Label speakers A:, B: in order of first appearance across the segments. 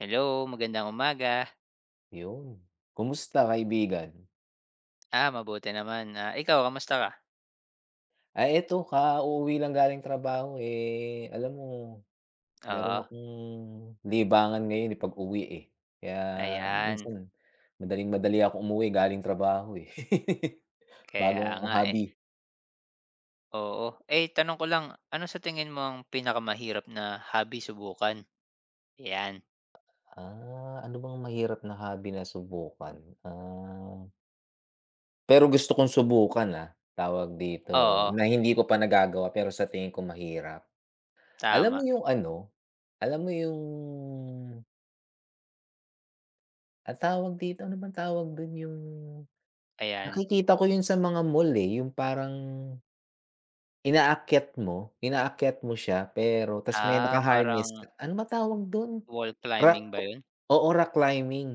A: Hello, magandang umaga.
B: Yun. Kumusta kaibigan?
A: Ah, mabuti naman. Ah, ikaw kamusta ka?
B: Ay eto kauuwi lang galing trabaho, eh, alam mo meron
A: Oo,
B: akong libangan ngayon, eh, pag-uwi, eh. Kaya
A: ayan.
B: minsan madaling-madali ako umuwi galing trabaho, eh.
A: Kaya
B: Bagong kong
A: nga, eh.
B: hobby.
A: Oo. Eh, tanong ko lang, ano sa tingin mo ang pinakamahirap na hobby subukan? Yan.
B: Ah, ano bang mahirap na hobby na subukan? Ah, pero gusto kong subukan, ah, tawag dito,
A: Oo,
B: na hindi ko pa nagagawa pero sa tingin ko mahirap. Alam mo
A: tama.
B: yung ano, alam mo yung ang tawag dito, ano bang tawag dun yung
A: Ayan.
B: nakikita ko yun sa mga mall, eh, yung parang inaakyat mo siya pero ta's may
A: Ah,
B: naka-harness ka.
A: parang
B: Ano ba tawag dun?
A: wall
B: Rock,
A: climbing ba yun?
B: oo, rock climbing.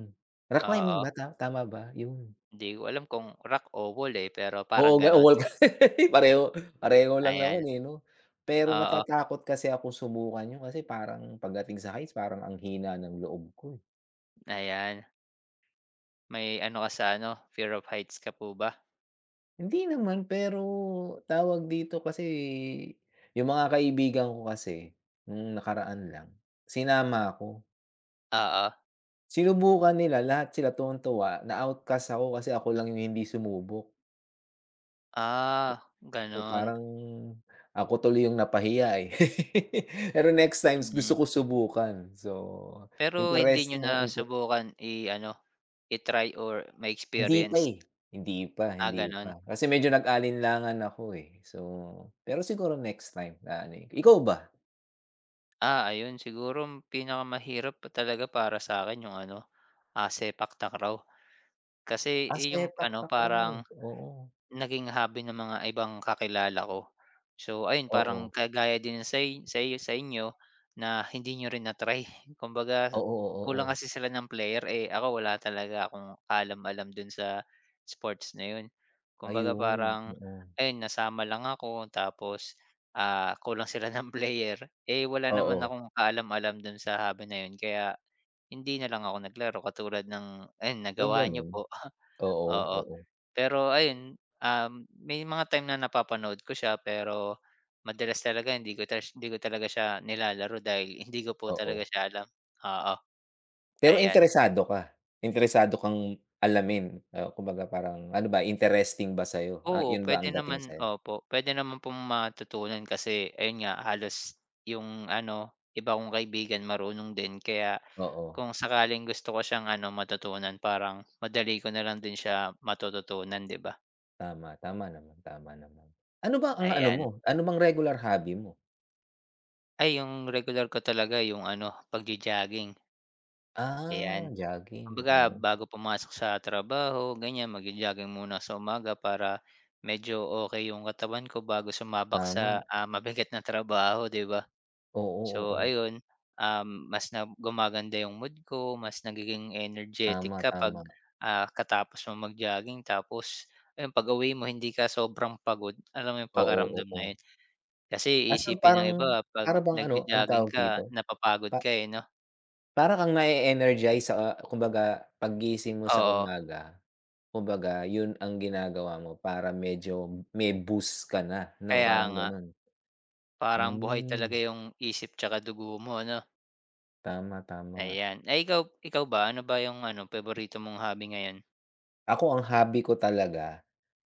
B: Rock climbing
A: Oo.
B: ba ta tama ba? Yun.
A: Hindi ko alam kung rock o wall, eh, pero parang
B: Oo, ga
A: gano'n.
B: wall pareho pareho lang naman,
A: Ayan.
B: eh, 'no? Pero
A: Oo,
B: natatakot kasi ako subukan yun kasi parang pagdating sa heights parang ang hina ng loob ko, eh.
A: ayan. May ano ka sa ano, fear of heights ka po ba?
B: Hindi naman, pero tawag dito kasi yung mga kaibigan ko kasi nung nakaraan lang, sinama ako.
A: Oo.
B: Sinubukan nila lahat sila tuwang-tuwa na-outcast ako kasi ako lang yung hindi sumubok. So,
A: Ah,
B: so
A: gano'n.
B: parang ako tuloy yung napahiya, eh. Pero next times gusto
A: Mm.
B: ko subukan. So,
A: Pero hindi
B: interest
A: niyo
B: mong inte
A: nasubukan i-ano, i-try or
B: hindi pa,
A: ma-experience?
B: eh, hindi pa,
A: Ah,
B: hindi pa.
A: gano'n.
B: Kasi medyo nag-alinlangan ako, eh. So, pero siguro next time na ano, eh. Ikaw ba?
A: Ah, ayun siguro ang pinakamahirap pa talaga para sa'kin yung ano, ah, sepak takraw. Kasi
B: Ah,
A: eh, yung
B: sepak
A: ano
B: takraw,
A: parang
B: oo.
A: naging hobby ng mga ibang kakilala ko. So ayun, parang
B: Oo,
A: kagaya din sa in- sa iyo- sa inyo na hindi nyo rin na-try. Kumbaga
B: oo,
A: kulang
B: oo,
A: kasi sila ng player, eh, ako wala talaga akong kaalam-alam dun sa sports na yun. Kumbaga
B: ayun,
A: parang
B: oo.
A: ayun, nasama lang ako tapos, ah, kulang sila ng player, eh, wala naman
B: Oo,
A: akong kaalam-alam dun sa hobby na yun kaya hindi na lang ako naglaro katulad ng ayun
B: ay
A: nagawa nyo
B: gano'n,
A: po,
B: oo,
A: oo.
B: oo,
A: Pero ayun, may mga time na napapanood ko siya pero madalas talaga hindi ko talaga siya nilalaro dahil hindi ko po talaga
B: oo.
A: siya alam, oo.
B: Pero
A: Ayan.
B: interesado ka? Interesado kang alamin, ah, kumbaga parang ano ba, interesting ba sa'yo? Ah,
A: Oo,
B: 'yun ba ang
A: puwede
B: dating
A: naman
B: sa'yo?
A: opo, puwede naman pong matutunan kasi ayun nga halos yung ano, iba kong kaibigan marunong din kaya
B: Oo,
A: kung sakaling gusto ko siyang ano matutunan parang madali ko na lang din siya matututunan, 'di ba?
B: tama, tama naman, tama naman. Ano ba ang ano mo,
A: Ayan.
B: ano bang regular hobby mo?
A: Ay yung regular ko talaga yung ano, pagjo-jogging,
B: Ah,
A: ayan.
B: jogging,
A: Kumbaga
B: oo,
A: bago pumasok sa trabaho ganyan, magjo-jogging muna sa umaga para medyo okay yung katawan ko bago sumabak sa,
B: tama,
A: ah, mabigat na trabaho 'di ba?
B: oo,
A: So
B: oo,
A: ayun, mas na gumaganda yung mood ko, mas nagiging energetic
B: tama,
A: ka 'pag,
B: tama,
A: ah, katapos mong mag-jogging tapos ayun pag-uwi mo hindi ka sobrang pagod, alam mo yung
B: oo,
A: pakiramdam
B: oo.
A: na yun. Kasi
B: As in
A: iisipin
B: parang
A: ng iba 'pag
B: para bang ano, anong
A: nagjo-jogging
B: tawag
A: ka
B: dito,
A: napapagod
B: pa
A: ka, eh, 'no?
B: para kang na-e-energize sa, ah, kumbaga paggising mo sa
A: Oo,
B: umaga, kumbaga yun ang ginagawa mo para medyo may boost ka na 'no,
A: kaya
B: parang
A: nga.
B: ganon.
A: Parang buhay talaga
B: Hmm,
A: yung isip tsaka dugo mo ano,
B: tama, tama.
A: ayan. Ay ikaw ikaw ba ano ba yung ano paborito mong hobby ngayon?
B: Ako ang hobby ko talaga,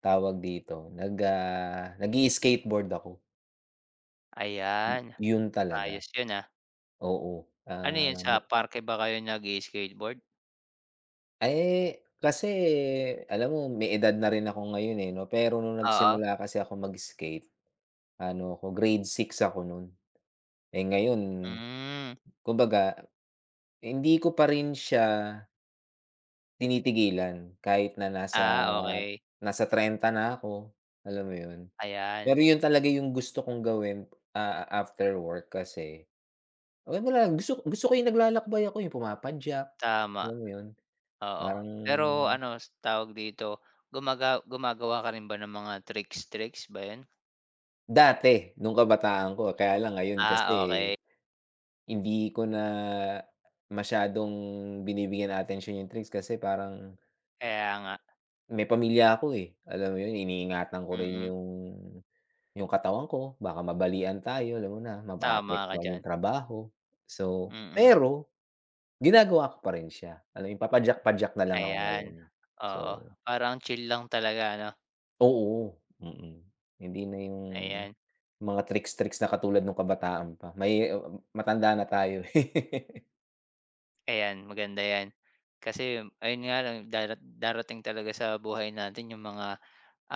B: tawag dito, nag, ah, nag-i-skateboard ako,
A: Ayan,
B: yu yun talaga,
A: ayos yun, ah.
B: oo.
A: Ano yun
B: Ah,
A: sa parke ba kayo nag skateboard?
B: eh, kasi alam mo may edad na rin ako ngayon, eh, 'no, pero nung
A: Oo,
B: nagsimula kasi ako mag-skate ano ako grade six ako nun. Eh, ngayon
A: hmm,
B: kumbaga hindi ko pa rin siya tinitigilan kahit na nasa
A: ah, okay,
B: nasa 30 na ako, alam mo yun?
A: ayan,
B: Pero yun talaga yung gusto kong gawin, ah, after work kasi alam mo na gusto gusto ko yung naglalakbay ako, yung pumapadyak,
A: tama,
B: alam mo yun?
A: oo.
B: Parang
A: Pero ano s- tawag dito, gumagawa ka rin ba ng mga tricks-tricks ba yun?
B: dati, nung kabataan ko. Kaya lang ngayon kasi
A: Ah, okay,
B: hindi ko na masyadong binibigyan atensyon yung tricks kasi parang
A: kaya nga,
B: may pamilya ako, eh. Alam mo yun, iniingatan ko rin
A: mm,
B: yung katawan ko. Baka mabalian tayo, alam mo na,
A: tama ka
B: maapektuhan
A: diyan,
B: yung trabaho. So,
A: mm,
B: pero ginagawa ko pa rin siya. Alam mo yun, papadyak-padyak na lang ako
A: ayan,
B: ngayon. So
A: oo, parang chill lang talaga ano?
B: oo, mm. Hindi na yung
A: Ayan,
B: mga tricks-tricks na katulad nung kabataan pa, may matanda na tayo, eh.
A: ayan maganda 'yan. Kasi ayun nga lang darating talaga sa buhay natin yung mga,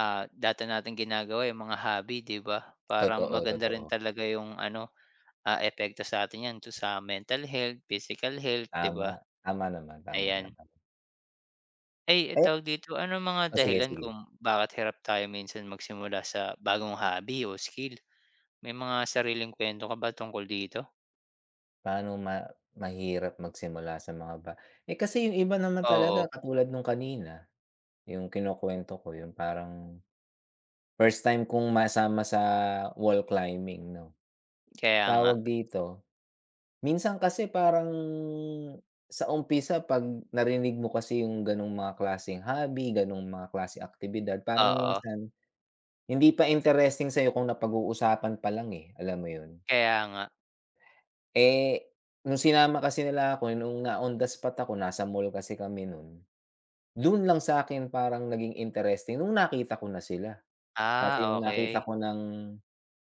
A: ah, dati nating ginagawa, yung mga hobby 'di ba? Parang
B: Totoo,
A: maganda rin
B: totoo.
A: talaga yung ano, ah, epekto sa atin 'yan to sa mental health, physical health 'di
B: Tama,
A: ba?
B: tama naman, tama
A: Ayan.
B: naman.
A: Ay, eh,
B: Eh
A: tawag dito, anong mga
B: oh, sige,
A: dahilan
B: sige.
A: kung bakit hirap tayo minsan magsimula sa bagong hobby o skill? May mga sariling kuwento ka ba tungkol dito?
B: Paano ma mahirap magsimula sa mga ba eh, kasi yung iba naman talaga
A: Oo,
B: katulad nung kanina, yung kinukuwento ko yung parang first time kong masama sa wall climbing 'no,
A: kaya nga.
B: tawag dito. Minsan kasi parang sa umpisa 'pag narinig mo kasi yung gano'ng mga klaseng hobby, gano'ng mga klaseng aktibidad, parang
A: Oo,
B: minsan hindi pa interesting sa'yo kung napag-uusapan pa lang, eh, alam mo yun?
A: kaya nga.
B: Eh, nung sinama kasi nila ako, nung na-on the spot ako, nasa mall kasi kami nun, dun lang sa akin parang naging interesting nung nakita ko na sila, pati
A: Ah,
B: nung nakita
A: okay.
B: ko ng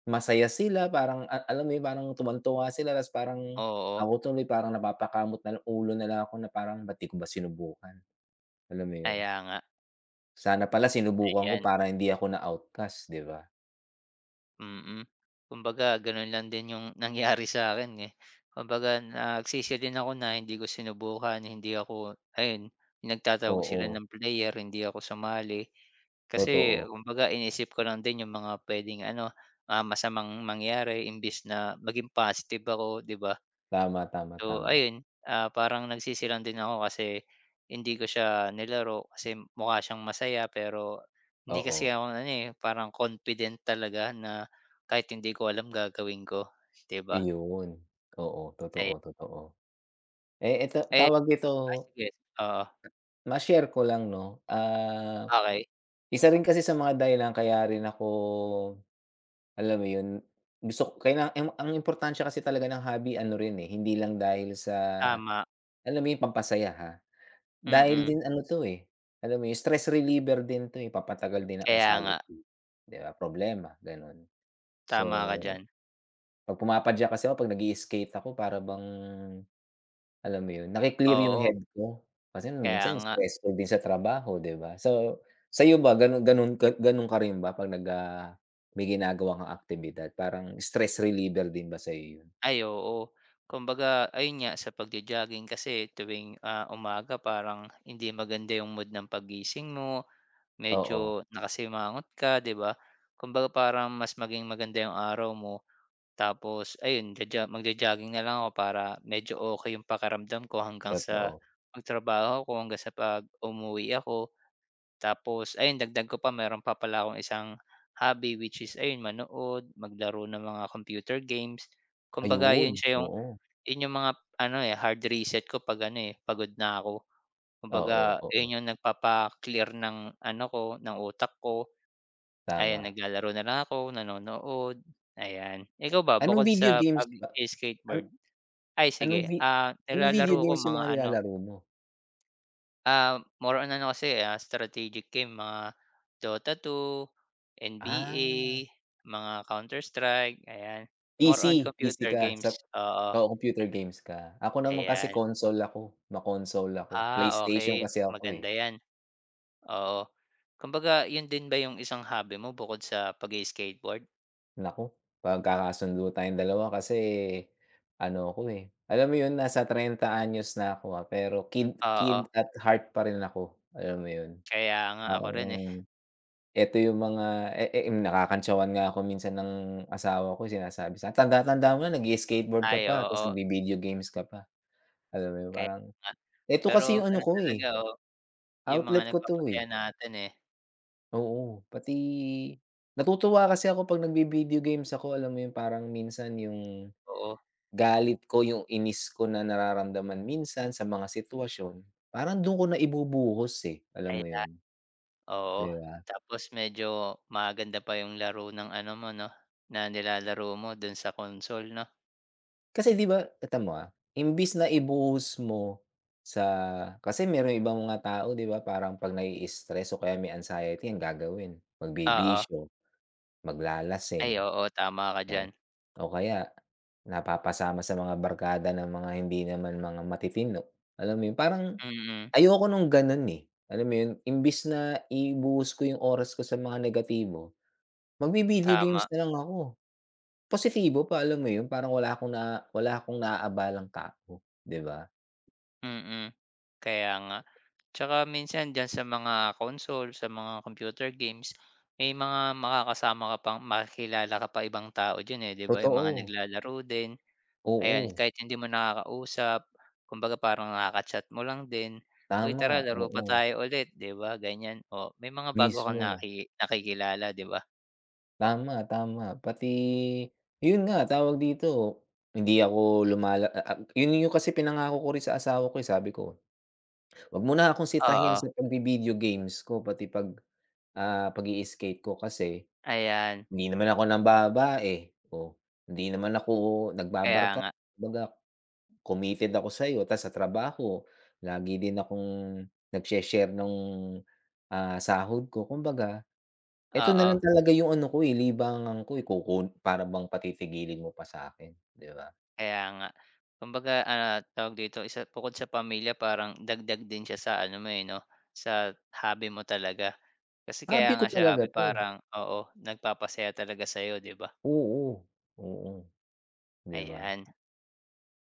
B: masaya sila parang a alam mo yun, parang tuwang-tuwa sila ta's parang
A: Oo,
B: ako tuloy parang napapakamot na lang ulo na lang ako na parang ba't di ko ba sinubukan, alam mo yun?
A: kaya nga,
B: Sana pala sinubukan ko
A: ayan,
B: para hindi ako na-outcast, 'di ba?
A: mm. Kumbaga gano'n lang din yung nangyari sa'kin, eh. Kumbaga nagsisi din ako na hindi ko sinubukan, hindi ako ayun, nagtatawag sila
B: Oo,
A: ng player, hindi ako sumali. Kasi
B: totoo.
A: kumbaga inisip ko lang din yung mga puwedeng ano, ah, masamang mangyari imbes na maging positive ako, 'di ba?
B: Tama, tama,
A: So
B: tama.
A: ayun, ah, parang nagsisilang din ako kasi hindi ko siya nilaro kasi mukha siyang masaya pero hindi kasi
B: Oo,
A: ako ano, eh, parang confident talaga na kahit hindi ko alam gagawin ko, 'di ba?
B: iyon. Oo, totoo,
A: Ayan.
B: totoo. Eh, eto
A: Eh,
B: tawag dito,
A: ah, sige, oo,
B: ma-share ko lang 'no, ah,
A: okey,
B: isa rin kasi sa mga dahilan kaya rin ako alam mo yun, gusto kaila ang importansya kasi talaga ng hobby ano rin, eh, hindi lang dahil sa
A: tama,
B: alam mo yun pampasaya, ha. Dahil
A: mm.
B: din ano 'to, eh, alam mo yun stress reliever din 'to, eh, papatagal din ng
A: Kaya nga,
B: anxiety, 'di ba, problema, gano'n. So,
A: tama ka diyan.
B: 'pag pumapadyak kasi ako 'pag nag skate ako para bang alam mo yun, naki-clear yung
A: Oo,
B: head ko. Kasi
A: kaya
B: minsan
A: nga.
B: stressful din sa trabaho, 'di ba? So, sa'yo ba ganon ganon ka ganun ka rin ba 'pag nag, ah, may ginagawa kang aktibidad parang stress reliever din ba sa'yo yun?
A: Ay, oo. Kumbaga ayun nga sa pagjo-jogging kasi tuwing, ah, umaga parang hindi maganda yung mood ng paggising mo.
B: Oo,
A: Medyo nakasimangot ka, 'di ba? Kumbaga parang mas maging maganda yung araw mo tapos ayun jaja magjo-jogging na lang ako para medyo okey yung pakaramdam ko hanggang sa
B: totoo.
A: pagtrabaho ko, hanggang sa 'pag umuwi ako. Tapos ayun dagdag ko pa meron pa pala akong isang hobby which is ayun manood, maglaro ng mga computer games. Kumbaga yun
B: Ayun,
A: siya yung
B: oo.
A: yun yung mga ano, eh, hard reset ko 'pag ano, eh, pagod na ako.
B: Oo,
A: Kumbaga
B: oo,
A: yun yung nagpapa-clear ng ano ko, ng utak ko. Ayan,
B: tama.
A: naglalaro na lang ako, nanonood, ayan. Ikaw ba
B: Anong
A: bukod
B: video
A: sa
B: games ba an
A: pag-i-skateboard? Ay
B: anong
A: sige,
B: vi
A: ah,
B: anong video
A: nilalaro ko
B: games yung
A: mga
B: mga
A: ano,
B: nilalaro mo?
A: ah, more on ano kasi, ah, strategic game, mga Dota 2, NBA,
B: Ah,
A: mga Counter Strike, ayan. More on
B: PC
A: computer
B: ka sa
A: games, oo,
B: oo, computer games ka. Ako naman kasi
A: ayan.
B: console ako, ma-console ako.
A: Ah, okey,
B: PlayStation kasi ako, eh.
A: maganda 'yan, oo. Kumbaga 'yun din ba yung isang hobby mo bukod sa pag-i-skateboard?
B: Naku, magkakasundo tayong dalawa kasi ano ako, eh, alam mo 'yun nasa 30 anyos na ako, ah, pero kid kid
A: Oo,
B: at heart pa rin ako, alam mo 'yun?
A: kaya nga, ako
B: Parang
A: rin, eh.
B: eto yung mga eh, nakakantsawan nga ako minsan ng asawa ko sinasabi sa tanda-tanda mo na nag skateboard ka
A: Ay,
B: pa tapos
A: oo,
B: nagbi video games ka pa." Alam mo 'yun,
A: kaya
B: parang eto
A: pero
B: kasi yung ano
A: ganun
B: ko,
A: talaga,
B: eh,
A: oo, yung mga
B: outlet ko 'to,
A: nagpapasaya
B: eh.
A: natin, eh,
B: Oo, pati natutuwa kasi ako 'pag nagbi video games ako, alam mo 'yun, parang minsan yung
A: oo,
B: galit ko, yung inis ko na nararamdaman minsan sa mga sitwasyon, parang dun ko na ibubuhos, eh, alam mo
A: ayan,
B: yun,
A: oo.
B: 'di ba?
A: Tapos medyo maganda pa yung laro ng ano mo 'no, na nilalaro mo dun sa console 'no?
B: Kasi 'di ba ito mo, ah, imbis na ibuhos mo sa kasi merong ibang mga tao 'di ba parang 'pag nai-stress o kaya may anxiety ang gagawin,
A: Oo,
B: magbibisyo,
A: ay
B: maglalasing,
A: oo, tama ka diyan.
B: 'no? O kaya napapasama sa mga barkada ng mga hindi naman mga matitino, alam mo yun? Parang
A: Mm,
B: ayoko nung gano'n, eh. Alam mo 'yun, imbis na ibuhos ko 'yung oras ko sa mga negatibo, magvi-video games
A: tama,
B: na lang ako. Positibo pa, alam mo 'yun, parang wala akong naaabalang tao, 'di ba?
A: mm, kaya nga. Tsaka minsan diyan sa mga console, sa mga computer games, may mga makakasama ka pang makikilala ka pa ibang tao diyan, eh, 'di ba, yung mga
B: Totoo,
A: naglalaro din. Ayan,
B: oo,
A: kahit hindi mo nakakausap, kumbaga parang nakaka-chat mo lang din, "Uy tara
B: tama,
A: laro pa
B: oo,
A: tayo ulit," 'di ba ganyan. O, may mga bago kang
B: mismo.
A: nakikilala 'di ba?
B: Tama, tama. Pati 'yun nga, tawag dito, hindi ako lumala a 'yun 'yung kasi pinangako ko rin sa asawa ko, eh, sabi ko, wag mo na akong sitahin
A: Oo,
B: sa pagvi-video games ko, pati 'pag, ah, pag-i-skate ko kasi
A: ayan.
B: hindi naman ako nambaba, eh, oh. Hindi naman ako
A: Kaya
B: nagbabarka
A: nga,
B: kumbaga committed ako sa'yo tas sa trabaho lagi din akong nagshe-share ng ah, sahod ko. Kumbaga eto na
A: oo,
B: lang talaga yung ano ko, eh, libangan ko, eh, kukun para bang patitigilin mo pa sa'kin, 'di ba?
A: kaya nga. Kumbaga, ah, tawag dito, isa bukod sa pamilya parang dagdag din siya sa ano mo, eh, 'no, sa hobby mo talaga. Kasi
B: Hobby
A: kaya
B: ko
A: nga siya
B: talaga
A: hobby
B: 'to,
A: parang oo, nagpapasaya talaga sa'yo 'di ba?
B: oo, oo, 'di ba?
A: Ayan.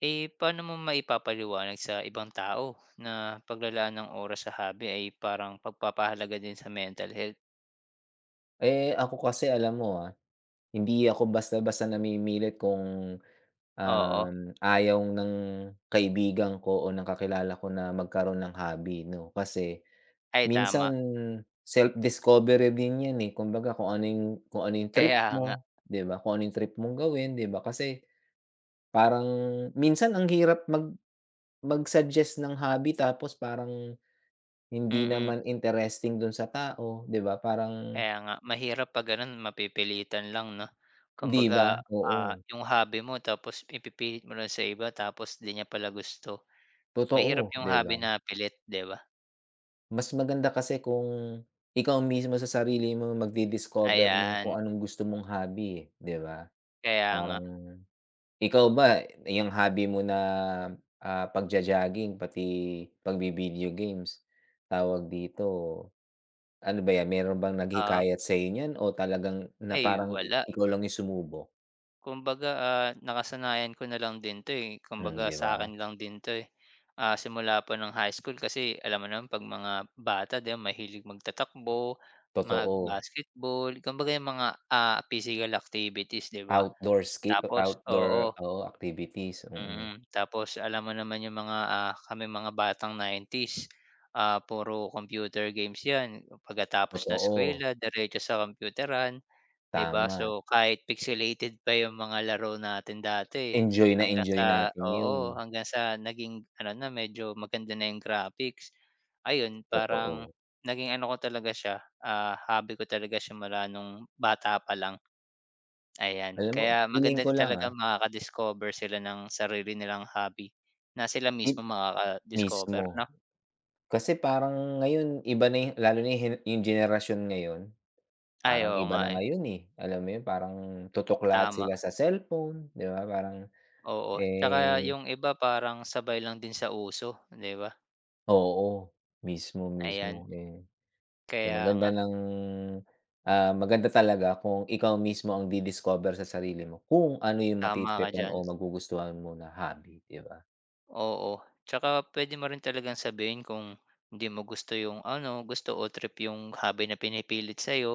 A: Eh, paano mo maipapaliwanag sa ibang tao na paglalaan ng oras sa hobby ay parang pagpapahalaga din sa mental health?
B: Eh, ako kasi alam mo, ah, hindi ako basta-basta namimilit kung
A: Oo,
B: Ayaw ng kaibigan ko o ng kakilala ko na magkaroon ng hobby 'no, kasi
A: ay
B: minsan
A: tama.
B: self-discovery din 'yan, eh. Kumbaga kung ano yung trip
A: Kaya nga,
B: mo, 'di ba? Kung ano yung trip mong gawin, 'di ba? Kasi parang minsan ang hirap mag mag-suggest ng hobby tapos parang hindi
A: mm.
B: naman interesting dun sa tao, 'di ba? Parang
A: Kaya nga mahirap 'pag gano'n mapipilitan lang 'no.
B: 'di
A: Kumbaga,
B: ba? Oo,
A: ah, yung hobby mo tapos ipipilit mo lang sa iba tapos 'di niya pala gusto.
B: totoo,
A: Mahirap yung
B: 'di ba?
A: hobby na pilit, 'di ba?
B: Mas maganda kasi kung ikaw mismo sa sarili mo magdi-discover nung
A: Ayan,
B: kung anong gusto mong hobby, eh, 'di ba?
A: kaya nga.
B: Parang ikaw ba yung hobby mo na, ah, pagjo-jogging pati pagvi-video games, tawag dito, ano ba 'yan, meron bang
A: Ah,
B: naghikayat sa niyan o talagang na
A: ay
B: parang i
A: wala.
B: ikaw lang yung sumubok?
A: Kumbaga, ah, nakasanayan ko na lang din 'to, eh,
B: Hmm,
A: kumbaga
B: 'di
A: sa
B: ba?
A: akin lang din 'to, eh. Ah, simula pa ng high school kasi alam mo naman 'pag mga bata 'di ba mahilig magtatakbo,
B: Totoo.
A: mag-basketball, kumbaga yung mga, ah, physical activities 'di ba?
B: Outdoor ski
A: Tapos
B: outdoor,
A: oo,
B: oo, activities, mm.
A: mm. Tapos alam mo naman yung mga, ah, kaming mga batang nineties ah, puro computer games 'yan. Pagkatapos ng
B: Totoo,
A: eskuwela diretso sa kompyuteran. 'Di ba?
B: tama.
A: So, kahit pixelated pa yung mga laro natin dati,
B: Enjoy na
A: hanggang
B: enjoy
A: sa
B: natin yun.
A: oo, hanggang sa naging ano na, medyo maganda na yung graphics. Ayun, parang
B: Totoo.
A: naging ano ko talaga siya, ah, hobby ko talaga siya mula nung bata pa lang, ayan.
B: Alam mo
A: Kaya
B: feeling
A: maganda
B: ko
A: din
B: lang,
A: talaga
B: ah,
A: makaka-discover sila ng sarili nilang hobby, na sila
B: mi
A: mismo makaka-discover
B: mismo.
A: 'no?
B: Kasi parang ngayon iba na yung lalo na yung hene yung henerasyon ngayon,
A: Ay,
B: parang
A: oo
B: iba
A: nga,
B: na
A: eh,
B: ngayon, eh. Alam mo yun, parang tutok lahat
A: tama,
B: sila sa cellphone, 'di ba? Parang,
A: oo. Tsaka
B: eh
A: yung iba parang sabay lang din sa uso, 'di ba?
B: oo, mismo,
A: Ayan.
B: mismo.
A: Kaya
B: Maganda
A: nga,
B: ng, ah, maganda talaga kung ikaw mismo ang di-discover sa sarili mo kung ano yung
A: tama ka
B: matitripan
A: diyan.
B: o magugustuhan mo na hobby, 'di ba?
A: Oo, tsaka puwede mo rin talagang sabihin kung hindi mo gusto yung ano, gusto o trip yung hobby na pinipilit sa'yo,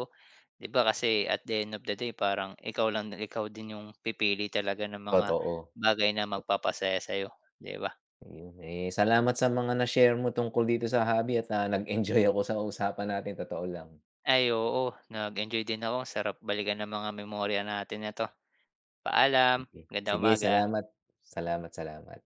A: 'di ba kasi at the end of the day parang ikaw ikaw din yung pipili talaga ng mga
B: Totoo.
A: bagay na magpapasaya sa'yo, 'di ba?
B: Ayun, eh, salamat sa mga na-share mo tungkol dito sa hobby at, ah, nag-enjoy ako sa usapan natin totoo lang.
A: Ay oo, nag-enjoy din ako, sarap balikan ng mga memorya natin na 'to. Paalam,
B: Sige.
A: ganda
B: Sige
A: umaga.
B: salamat, salamat, salamat.